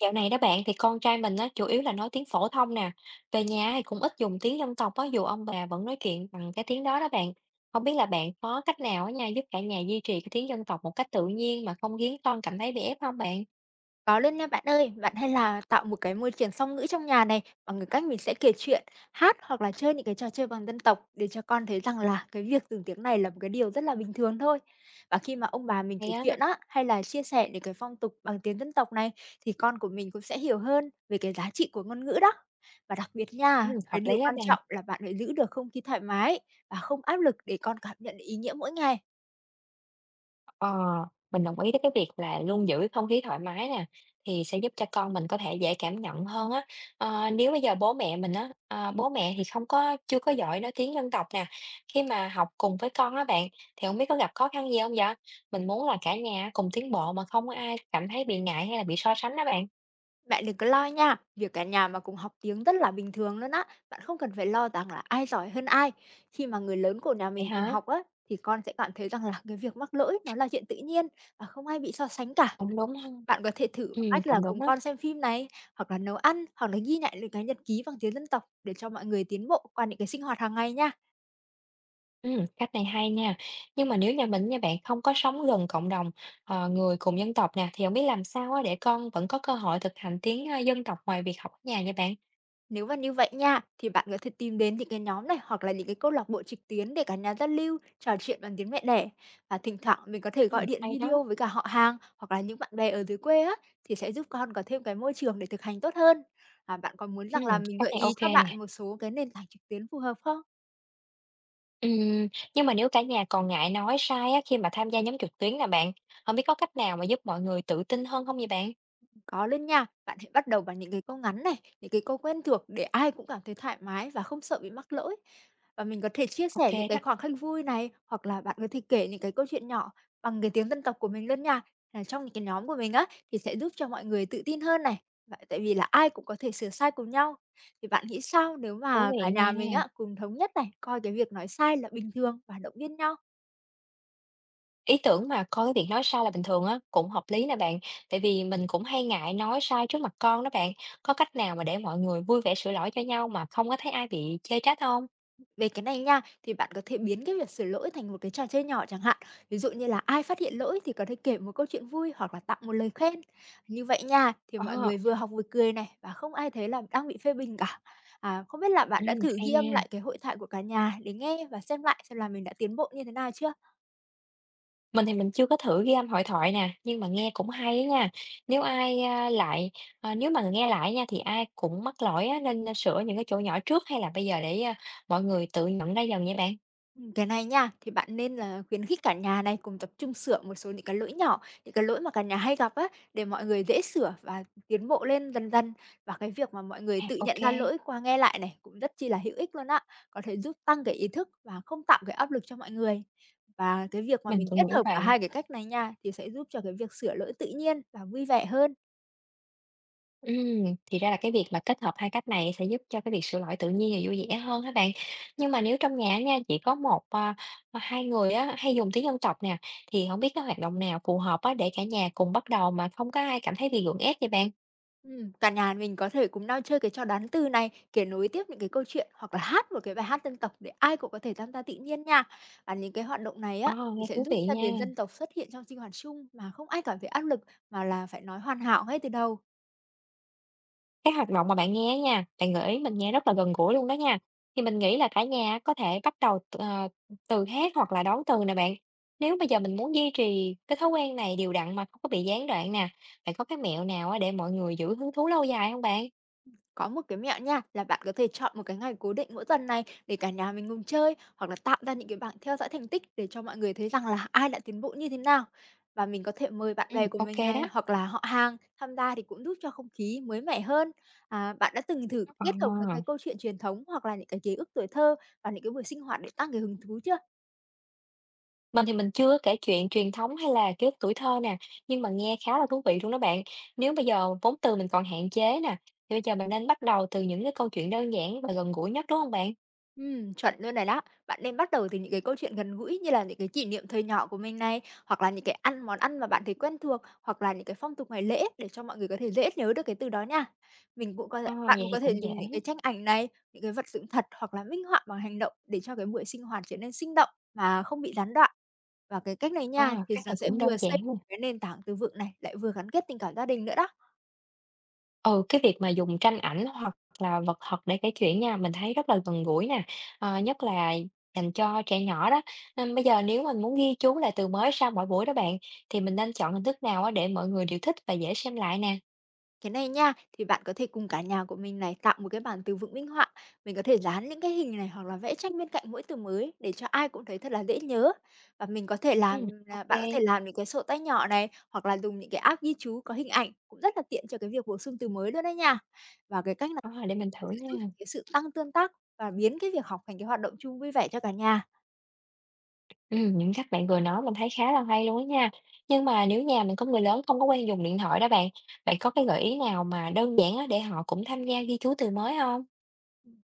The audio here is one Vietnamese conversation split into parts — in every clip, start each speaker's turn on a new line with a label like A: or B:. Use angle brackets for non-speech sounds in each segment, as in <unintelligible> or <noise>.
A: Dạo này đó bạn thì con trai mình á chủ yếu là nói tiếng phổ thông nè, về nhà thì cũng ít dùng tiếng dân tộc á dù ông bà vẫn nói chuyện bằng cái tiếng đó đó bạn. Không biết là bạn có cách nào á nha giúp cả nhà duy trì cái tiếng dân tộc một cách tự nhiên mà không khiến con cảm thấy bị ép không bạn?
B: Có luôn nha bạn ơi, bạn hay là tạo một cái môi trường song ngữ trong nhà này bằng cái cách mình sẽ kể chuyện, hát hoặc là chơi những cái trò chơi bằng dân tộc để cho con thấy rằng là cái việc dùng tiếng này là một cái điều rất là bình thường thôi. Và khi mà ông bà mình kể
A: Hay á.
B: chuyện á hay là chia sẻ những cái phong tục bằng tiếng dân tộc này thì con của mình cũng sẽ hiểu hơn về cái giá trị của ngôn ngữ đó. Và đặc biệt
A: Ừ,
B: nha,
A: hợp
B: cái điều
A: lý á
B: quan
A: bạn.
B: trọng là bạn phải giữ được không khí thoải mái và không áp lực để con cảm nhận được ý nghĩa mỗi ngày.
A: Ờ, mình đồng ý với cái việc là luôn giữ không khí thoải mái nè, thì sẽ giúp cho con mình có thể dễ cảm nhận hơn á. Ờ, nếu bây giờ bố mẹ mình á, bố mẹ thì không có chưa có giỏi nói tiếng dân tộc nè, khi mà học cùng với con á bạn, thì không biết có gặp khó khăn gì không vậy? Mình muốn là cả nhà cùng tiến bộ mà không có ai cảm thấy bị ngại hay là bị so sánh đó bạn.
B: Bạn đừng có lo nha, việc cả nhà mà cùng học tiếng rất là bình thường luôn á, bạn không cần phải lo rằng là ai giỏi hơn ai. Khi mà người lớn của nhà
A: Vậy
B: mình cùng
A: hả?
B: học á, thì con sẽ cảm thấy rằng là cái việc mắc lỗi nó là chuyện tự nhiên và không ai bị so sánh cả.
A: Cũng đúng ha,
B: Bạn có thể thử bằng cách là
A: cũng đúng
B: cùng
A: á.
B: con xem phim này, hoặc là nấu ăn, hoặc là ghi lại những cái nhật ký bằng tiếng dân tộc để cho mọi người tiến bộ qua những cái sinh hoạt hàng ngày nha.
A: Cách này hay nha. Nhưng mà nếu nhà mình nha bạn không có sống gần cộng đồng, người cùng dân tộc nè, thì không biết làm sao á để con vẫn có cơ hội thực hành tiếng dân tộc ngoài việc học ở nhà nha bạn?
B: Nếu mà như vậy nha, thì bạn có thể tìm đến những cái nhóm này hoặc là những cái câu lạc bộ trực tuyến để cả nhà giao lưu, trò chuyện bằng tiếng mẹ đẻ. Và thỉnh thoảng mình có thể gọi điện
A: Hay đó.
B: video với cả họ hàng hoặc là những bạn bè ở dưới quê á, thì sẽ giúp con có thêm cái môi trường để thực hành tốt hơn. À, bạn có muốn rằng là mình
A: Cách
B: gợi
A: này
B: ý
A: ok
B: cho bạn
A: nè.
B: một số cái nền tảng trực tuyến phù hợp không?
A: Ừm, nhưng mà nếu cả nhà còn ngại nói sai á khi mà tham gia nhóm trực tuyến nè bạn, không biết có cách nào mà giúp mọi người tự tin hơn không vậy bạn?
B: Có lên nha, bạn hãy bắt đầu bằng những cái câu ngắn này, những cái câu quen thuộc để ai cũng cảm thấy thoải mái và không sợ bị mắc lỗi. Và mình có thể chia
A: Ok
B: sẻ
A: kê
B: những cái
A: đó,
B: khoảng khắc vui này hoặc là bạn có thể kể những cái câu chuyện nhỏ bằng cái tiếng dân tộc của mình luôn nha. Là trong những cái nhóm của mình á thì sẽ giúp cho mọi người tự tin hơn này. Vậy tại vì là ai cũng có thể sửa sai cùng nhau. Thì bạn nghĩ sao nếu
A: thú
B: mà
A: vị
B: cả nhà mình
A: nha.
B: á cùng thống nhất này coi cái việc nói sai là bình thường và động viên nhau.
A: Ý tưởng mà coi cái việc nói sai là bình thường á, cũng hợp lý nè bạn, tại vì mình cũng hay ngại nói sai trước mặt con đó bạn. Có cách nào mà để mọi người vui vẻ sửa lỗi cho nhau mà không có thấy ai bị chê trách không?
B: Về cái này nha, thì bạn có thể biến cái việc sửa lỗi thành một cái trò chơi nhỏ chẳng hạn. Ví dụ như là ai phát hiện lỗi thì có thể kể một câu chuyện vui hoặc là tặng một lời khen. Như vậy nha, thì mọi
A: Ờ,
B: người vừa học vừa cười này và không ai thấy là đang bị phê bình cả. À, không biết là bạn đã
A: ừm,
B: thử
A: hay
B: ghi âm
A: nha.
B: lại cái hội thoại của cả nhà để nghe và xem lại xem là mình đã tiến bộ như thế nào chưa?
A: Mình thì mình chưa có thử ghi âm hội thoại nè, nhưng mà nghe cũng hay á nha. Nếu ai, a, lại ờ, nếu mà nghe lại nha thì ai cũng mắc lỗi á, nên sửa những cái chỗ nhỏ trước hay là bây giờ để mọi người tự nhận ra dần vậy bạn?
B: Cái này nha, thì bạn nên là khuyến khích cả nhà này cùng tập trung sửa một số những cái lỗi nhỏ, những cái lỗi mà cả nhà hay gặp á, để mọi người dễ sửa và tiến bộ lên dần dần. Và cái việc mà mọi người
A: À,
B: tự nhận ra lỗi qua nghe lại này cũng rất chi là hữu ích luôn á, có thể giúp tăng cái ý thức và không tạo cái áp lực cho mọi người. Và cái việc mà
A: mình
B: mình
A: cũng
B: kết
A: nghĩ
B: hợp
A: vậy.
B: cả hai cái cách này nha, thì sẽ giúp cho cái việc sửa lỗi tự nhiên và vui vẻ hơn.
A: Thì ra là cái việc mà kết hợp hai cách này sẽ giúp cho cái việc sửa lỗi tự nhiên và vui vẻ hơn các bạn? Nhưng mà nếu trong nhà nha, chỉ có hai người á, hay dùng tiếng dân tộc nè, thì không biết cái hoạt động nào phù hợp á, để cả nhà cùng bắt đầu mà không có ai cảm thấy bị gượng ép vậy bạn?
B: Cả nhà mình có thể cùng nhau chơi cái trò đoán từ này, kể nối tiếp những cái câu chuyện hoặc là hát một cái bài hát dân tộc để ai cũng có thể tham gia tự nhiên nha. Và những cái hoạt động này
A: Ờ,
B: á thì
A: nghe
B: sẽ
A: thú
B: giúp
A: vị
B: cho tiếng
A: nha.
B: dân tộc xuất hiện trong sinh hoạt chung mà không ai cảm thấy áp lực mà là phải nói hoàn hảo ngay từ đầu.
A: Cái hoạt động mà bạn nghe á nha, bạn gợi ý mình nghe rất là gần gũi luôn đó nha. Thì mình nghĩ là cả nhà có thể bắt đầu từ hát hoặc là đón từ nè bạn. Nếu bây giờ mình muốn duy trì cái thói quen này đều đặn mà không có bị gián đoạn nè, bạn có cái mẹo nào á để mọi người giữ hứng thú lâu dài không bạn?
B: Có một cái mẹo nha, là bạn có thể chọn một cái ngày cố định mỗi tuần này để cả nhà mình cùng chơi, hoặc là tạo ra những cái bảng theo dõi thành tích để cho mọi người thấy rằng là ai đã tiến bộ như thế nào. Và mình có thể mời bạn
A: Ừm,
B: bè của
A: ô
B: mình này,
A: đó.
B: hoặc là họ hàng tham gia thì cũng giúp cho không khí mới mẻ hơn. À, bạn đã từng thử
A: Ờ.
B: kết hợp với cái câu chuyện truyền thống hoặc là những cái ký ức tuổi thơ và những cái buổi sinh hoạt để tăng cái hứng thú chưa?
A: Mình thì mình chưa kể chuyện truyền thống hay là ký ức tuổi thơ nè, nhưng mà nghe khá là thú vị luôn đó bạn. Nếu bây giờ vốn từ mình còn hạn chế nè, thì bây giờ mình nên bắt đầu từ những cái câu chuyện đơn giản và gần gũi nhất, đúng không bạn?
B: Chuẩn luôn rồi đó. Bạn nên bắt đầu từ những cái câu chuyện gần gũi như là những cái kỷ niệm thời nhỏ của mình này, hoặc là những cái ăn món ăn mà bạn thấy quen thuộc, hoặc là những cái phong tục ngày lễ để cho mọi người có thể dễ nhớ được cái từ đó nha. Mình cũng có
A: Ờ,
B: bạn
A: vậy
B: cũng
A: thì
B: có
A: cũng
B: thể
A: dễ.
B: dùng những cái tranh ảnh này, những cái vật dụng thật hoặc là minh họa bằng hành động để cho cái buổi sinh hoạt trở nên sinh động mà không bị gián đoạn. Và cái cách này nha
A: Ờ,
B: thì
A: cách
B: nó
A: này
B: sẽ
A: cũng đơn
B: vừa
A: giản
B: xây
A: nè.
B: cái nền tảng từ vựng này lại vừa gắn kết tình cảm gia đình nữa đó.
A: Ừ, cái việc mà dùng tranh ảnh hoặc là vật thật để kể chuyện nha, mình thấy rất là gần gũi nè, nhất là dành cho trẻ nhỏ đó. Nên bây giờ nếu mình muốn ghi chú lại từ mới sau mỗi buổi đó bạn, thì mình nên chọn hình thức nào á để mọi người đều thích và dễ xem lại nè?
B: Cái này nha, thì bạn có thể cùng cả nhà của mình này tạo một cái bảng từ vựng minh họa. Mình có thể dán những cái hình này hoặc là vẽ tranh bên cạnh mỗi từ mới để cho ai cũng thấy thật là dễ nhớ. Và mình có thể
A: Ừm,
B: làm
A: ô
B: là bạn có thể làm những cái sổ tay nhỏ này hoặc là dùng những cái app ghi chú có hình ảnh cũng rất là tiện cho cái việc bổ sung từ mới luôn đấy nha. Và cái cách này
A: ờ, để mình thử
B: sẽ giúp
A: nha.
B: cái sự tăng tương tác và biến cái việc học thành cái hoạt động chung vui vẻ cho cả nhà.
A: Những cách bạn vừa nói mình thấy khá là hay luôn á nha. Nhưng mà nếu nhà mình có người lớn không có quen dùng điện thoại đó bạn, bạn có cái gợi ý nào mà đơn giản á để họ cũng tham gia ghi chú từ mới không?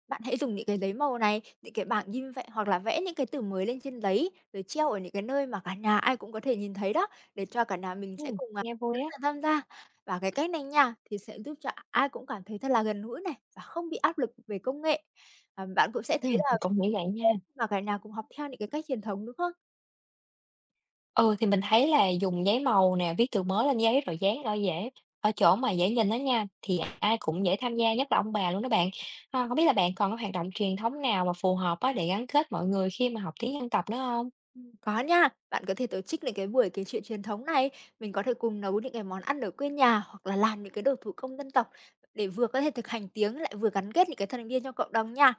B: Bạn hãy dùng những cái giấy màu này, những cái bảng in vậy hoặc là vẽ những cái từ mới lên trên giấy rồi treo ở những cái nơi mà cả nhà ai cũng có thể nhìn thấy đó để cho cả nhà mình sẽ cùng, à,
A: Nghe vui á.
B: tham gia. Và cái cách này nha, thì sẽ giúp cho ai cũng cảm thấy thật là gần gũi này và không bị áp lực về công nghệ. Ờ, bạn cũng sẽ thấy là
A: Mình cũng nghĩ vậy nha.
B: mà cả nhà cùng học theo những cái cách truyền thống, đúng không?
A: Ừ, thì mình thấy là dùng giấy màu nè, viết từ mới lên giấy rồi dán ở chỗ mà dễ nhìn đó nha, thì ai cũng dễ tham gia, nhất là ông bà luôn đó bạn. Ờ, hông biết là bạn còn có hoạt động truyền thống nào mà phù hợp á để gắn kết mọi người khi mà học tiếng dân tộc nữa không?
B: Có nha. Bạn có thể tổ chức những cái buổi kể chuyện truyền thống này, mình có thể cùng nấu những cái món ăn ở quê nhà hoặc là làm những cái đồ thủ công dân tộc để vừa có thể thực hành tiếng lại vừa gắn kết những cái thành viên trong cộng đồng nha.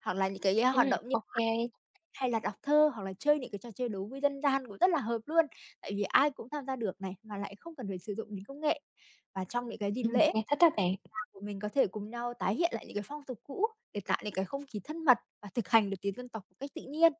B: Hoặc là những cái
A: Ừ,
B: hoạt động như
A: ok kê.
B: hay là đọc thơ hoặc là chơi những cái trò chơi đố vui dân gian cũng rất là hợp luôn, tại vì ai cũng tham gia được này mà lại không cần phải sử dụng đến công nghệ. Và trong những cái dịp
A: Ừm,
B: lễ
A: nghe thích á bạn.
B: <unintelligible> của mình có thể cùng nhau tái hiện lại những cái phong tục cũ để tạo những cái không khí thân mật và thực hành được tiếng dân tộc một cách tự nhiên.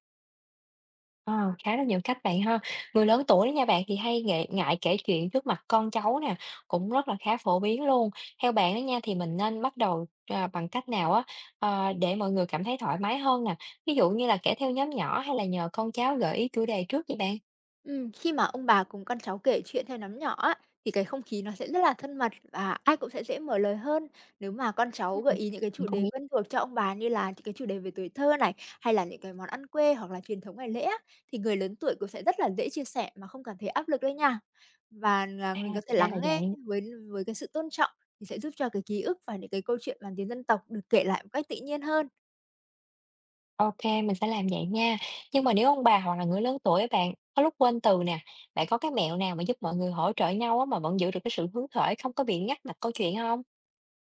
A: Ờ, khá là nhiều cách bạn ha. Người lớn tuổi đó nha bạn thì hay ngại, ngại kể chuyện trước mặt con cháu nè, cũng rất là khá phổ biến luôn. Theo bạn đó nha thì mình nên bắt đầu bằng cách nào á để mọi người cảm thấy thoải mái hơn nè. Ví dụ như là kể theo nhóm nhỏ hay là nhờ con cháu gợi ý chủ đề trước vậy bạn.
B: Khi mà ông bà cùng con cháu kể chuyện theo nhóm nhỏ á, thì cái không khí nó sẽ rất là thân mật và ai cũng sẽ dễ mở lời hơn. Nếu mà con
A: Ừ,
B: cháu gợi ý những cái
A: mình
B: chủ
A: cũng
B: đề
A: nghĩ.
B: quen thuộc cho ông bà như là những cái chủ đề về tuổi thơ này, hay là những cái món ăn quê hoặc là truyền thống ngày lễ á, thì người lớn tuổi cũng sẽ rất là dễ chia sẻ mà không cảm thấy áp lực đấy nha. Và là
A: À,
B: mình có
A: thì
B: thể
A: ra là
B: lắng nghe
A: vậy.
B: với cái sự tôn trọng thì sẽ giúp cho cái ký ức và những cái câu chuyện bằng tiếng dân tộc được kể lại một cách tự nhiên hơn.
A: Ok, mình sẽ làm vậy nha. Nhưng mà nếu ông bà hoặc là người lớn tuổi á bạn có lúc quên từ nè, bạn có cái mẹo nào mà giúp mọi người hỗ trợ nhau á mà vẫn giữ được cái sự hứng khởi không có bị ngắt mạch câu chuyện không?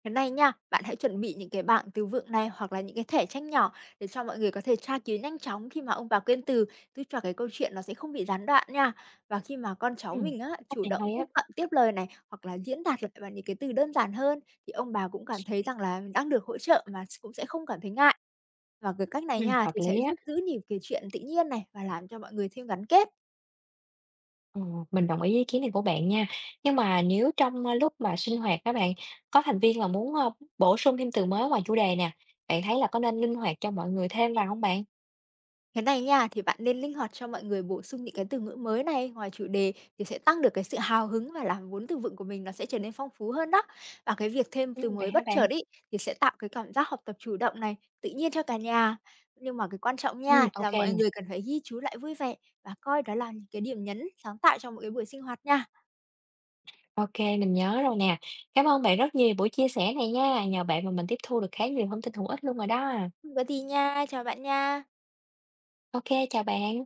B: Cái này nha, bạn hãy chuẩn bị những cái bảng từ vựng này hoặc là những cái thẻ tranh nhỏ để cho mọi người có thể tra cứu nhanh chóng khi mà ông bà quên từ, giúp cho cái câu chuyện nó sẽ không bị gián đoạn nha. Và khi mà con cháu
A: Ừm,
B: mình á
A: cách
B: chủ
A: này
B: động
A: hay
B: tiếp
A: á,
B: cận tiếp lời này hoặc là diễn đạt lại bằng những cái từ đơn giản hơn thì ông bà cũng cảm thấy rằng là mình đang được hỗ trợ mà cũng sẽ không cảm thấy ngại. Và cái cách này nha
A: hợp
B: thì sẽ
A: lý á,
B: giúp giữ nhịp kể chuyện tự nhiên này và làm cho mọi người thêm gắn kết.
A: ờ, mình đồng ý ý kiến này của bạn nha. Nhưng mà nếu trong lúc mà sinh hoạt các bạn, có thành viên là muốn bổ sung thêm từ mới ngoài chủ đề nè, bạn thấy là có nên linh hoạt cho mọi người thêm vào không bạn?
B: Cái này nha, thì bạn nên linh hoạt cho mọi người bổ sung những cái từ ngữ mới này ngoài chủ đề thì sẽ tăng được cái sự hào hứng và làm vốn từ vựng của mình nó sẽ trở nên phong phú hơn đó. Và cái việc thêm từ
A: Vậy
B: mới
A: hả
B: bất
A: bạn?
B: chợt ý thì sẽ tạo cái cảm giác học tập chủ động này, tự nhiên cho cả nhà. Nhưng mà cái quan trọng
A: Ừm,
B: nha
A: ô
B: là mọi
A: nè,
B: người cần phải ghi chú lại vui vẻ và coi đó là những cái điểm nhấn sáng tạo trong một cái buổi sinh hoạt nha.
A: ok, mình nhớ rồi nè. Cảm ơn bạn rất nhiều buổi chia sẻ này nha, nhờ bạn mà mình tiếp thu được khá nhiều thông tin hữu ích luôn rồi đó.
B: Không có gì nha, chào bạn nha.
A: Ok, chào bạn.